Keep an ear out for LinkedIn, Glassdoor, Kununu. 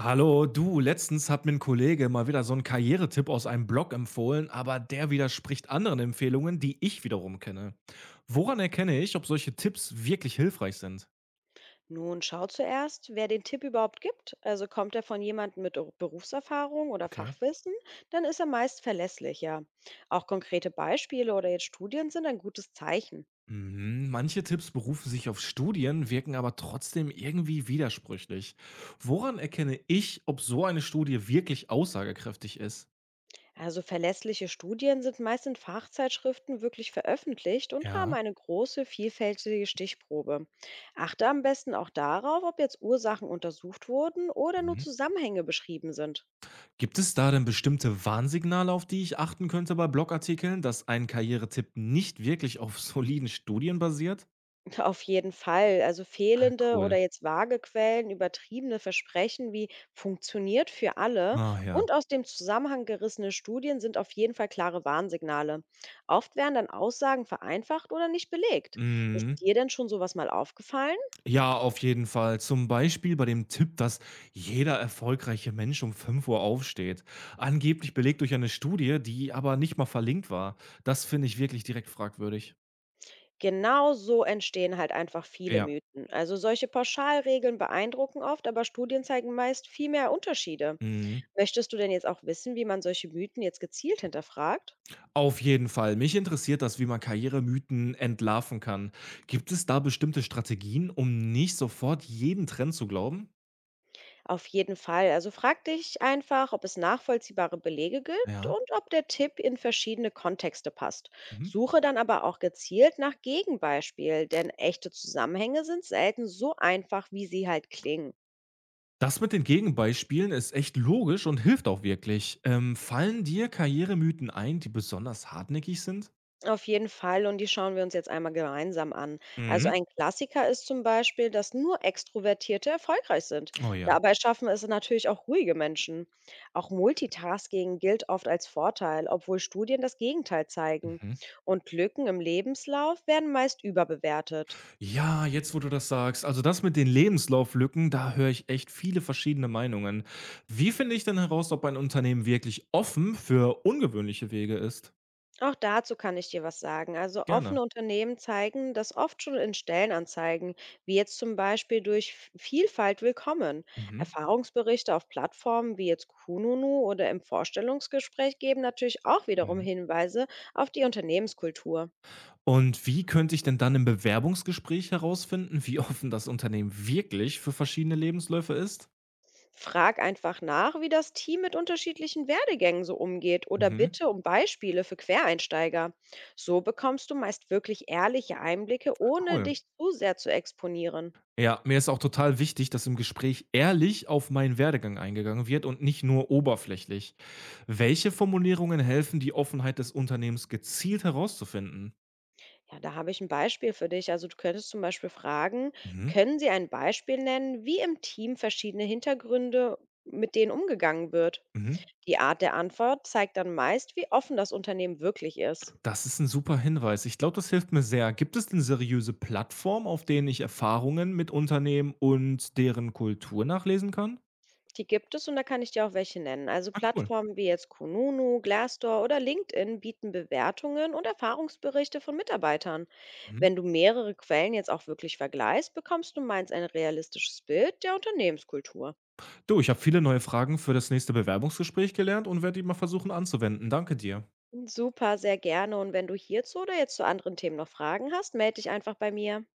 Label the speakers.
Speaker 1: Hallo, du, letztens hat mir ein Kollege mal wieder so einen Karrieretipp aus einem Blog empfohlen, aber der widerspricht anderen Empfehlungen, die ich wiederum kenne. Woran erkenne ich, ob solche Tipps wirklich hilfreich sind?
Speaker 2: Nun schau zuerst, wer den Tipp überhaupt gibt. Also kommt er von jemandem mit Berufserfahrung oder
Speaker 1: Okay.
Speaker 2: Fachwissen, dann ist er meist verlässlicher. Auch konkrete Beispiele oder jetzt Studien sind ein gutes Zeichen.
Speaker 1: Mhm, manche Tipps berufen sich auf Studien, wirken aber trotzdem irgendwie widersprüchlich. Woran erkenne ich, ob so eine Studie wirklich aussagekräftig ist?
Speaker 2: Also verlässliche Studien sind meist in Fachzeitschriften wirklich veröffentlicht und haben
Speaker 1: Ja.
Speaker 2: eine große, vielfältige Stichprobe. Achte am besten auch darauf, ob jetzt Ursachen untersucht wurden oder nur
Speaker 1: Mhm.
Speaker 2: Zusammenhänge beschrieben sind.
Speaker 1: Gibt es da denn bestimmte Warnsignale, auf die ich achten könnte bei Blogartikeln, dass ein Karrieretipp nicht wirklich auf soliden Studien basiert?
Speaker 2: Auf jeden Fall. Also
Speaker 1: Ah,
Speaker 2: fehlende oder
Speaker 1: cool.
Speaker 2: jetzt vage Quellen, übertriebene Versprechen wie funktioniert für alle
Speaker 1: Ah ja.
Speaker 2: und aus dem Zusammenhang gerissene Studien sind auf jeden Fall klare Warnsignale. Oft werden dann Aussagen vereinfacht oder nicht belegt. Ist
Speaker 1: Mhm.
Speaker 2: dir denn schon sowas mal aufgefallen?
Speaker 1: Ja, auf jeden Fall. Zum Beispiel bei dem Tipp, dass jeder erfolgreiche Mensch um 5 Uhr aufsteht. Angeblich belegt durch eine Studie, die aber nicht mal verlinkt war. Das finde ich wirklich direkt fragwürdig.
Speaker 2: Genau so entstehen halt einfach viele
Speaker 1: Ja.
Speaker 2: Mythen. Also solche Pauschalregeln beeindrucken oft, aber Studien zeigen meist viel mehr Unterschiede.
Speaker 1: Mhm.
Speaker 2: Möchtest du denn jetzt auch wissen, wie man solche Mythen jetzt gezielt hinterfragt?
Speaker 1: Auf jeden Fall. Mich interessiert das, wie man Karrieremythen entlarven kann. Gibt es da bestimmte Strategien, um nicht sofort jeden Trend zu glauben?
Speaker 2: Auf jeden Fall. Also frag dich einfach, ob es nachvollziehbare Belege gibt
Speaker 1: Ja.
Speaker 2: und ob der Tipp in verschiedene Kontexte passt.
Speaker 1: Mhm.
Speaker 2: Suche dann aber auch gezielt nach Gegenbeispiel, denn echte Zusammenhänge sind selten so einfach, wie sie halt klingen.
Speaker 1: Das mit den Gegenbeispielen ist echt logisch und hilft auch wirklich. Fallen dir Karrieremythen ein, die besonders hartnäckig sind?
Speaker 2: Auf jeden Fall und die schauen wir uns jetzt einmal gemeinsam an. Also
Speaker 1: Mhm.
Speaker 2: ein Klassiker ist zum Beispiel, dass nur Extrovertierte erfolgreich sind.
Speaker 1: Oh ja.
Speaker 2: Dabei schaffen es natürlich auch ruhige Menschen. Auch Multitasking gilt oft als Vorteil, obwohl Studien das Gegenteil zeigen.
Speaker 1: Mhm.
Speaker 2: Und Lücken im Lebenslauf werden meist überbewertet.
Speaker 1: Ja, jetzt wo du das sagst, also das mit den Lebenslauflücken, da höre ich echt viele verschiedene Meinungen. Wie finde ich denn heraus, ob ein Unternehmen wirklich offen für ungewöhnliche Wege ist?
Speaker 2: Auch dazu kann ich dir was sagen. Also
Speaker 1: Gerne.
Speaker 2: offene Unternehmen zeigen das oft schon in Stellenanzeigen, wie jetzt zum Beispiel durch Vielfalt willkommen.
Speaker 1: Mhm,
Speaker 2: Erfahrungsberichte auf Plattformen wie jetzt Kununu oder im Vorstellungsgespräch geben natürlich auch wiederum
Speaker 1: mhm.
Speaker 2: Hinweise auf die Unternehmenskultur.
Speaker 1: Und wie könnte ich denn dann im Bewerbungsgespräch herausfinden, wie offen das Unternehmen wirklich für verschiedene Lebensläufe ist?
Speaker 2: Frag einfach nach, wie das Team mit unterschiedlichen Werdegängen so umgeht oder
Speaker 1: Mhm,
Speaker 2: bitte um Beispiele für Quereinsteiger. So bekommst du meist wirklich ehrliche Einblicke, ohne
Speaker 1: cool.
Speaker 2: dich zu sehr zu exponieren.
Speaker 1: Ja, mir ist auch total wichtig, dass im Gespräch ehrlich auf meinen Werdegang eingegangen wird und nicht nur oberflächlich. Welche Formulierungen helfen, die Offenheit des Unternehmens gezielt herauszufinden?
Speaker 2: Ja, da habe ich ein Beispiel für dich. Also, du könntest zum Beispiel fragen:
Speaker 1: Mhm.
Speaker 2: „Können Sie ein Beispiel nennen, wie im Team verschiedene Hintergründe mit denen umgegangen wird?“
Speaker 1: Mhm.
Speaker 2: Die Art der Antwort zeigt dann meist, wie offen das Unternehmen wirklich ist.
Speaker 1: Das ist ein super Hinweis. Ich glaube, das hilft mir sehr. Gibt es denn seriöse Plattformen, auf denen ich Erfahrungen mit Unternehmen und deren Kultur nachlesen kann?
Speaker 2: Die gibt es und da kann ich dir auch welche nennen. Also,
Speaker 1: Ah, cool.
Speaker 2: Plattformen wie jetzt Kununu, Glassdoor oder LinkedIn bieten Bewertungen und Erfahrungsberichte von Mitarbeitern.
Speaker 1: Mhm.
Speaker 2: Wenn du mehrere Quellen jetzt auch wirklich vergleichst, bekommst du meist ein realistisches Bild der Unternehmenskultur.
Speaker 1: Du, ich habe viele neue Fragen für das nächste Bewerbungsgespräch gelernt und werde die mal versuchen anzuwenden. Danke dir.
Speaker 2: Super, sehr gerne. Und wenn du hierzu oder jetzt zu anderen Themen noch Fragen hast, melde dich einfach bei mir.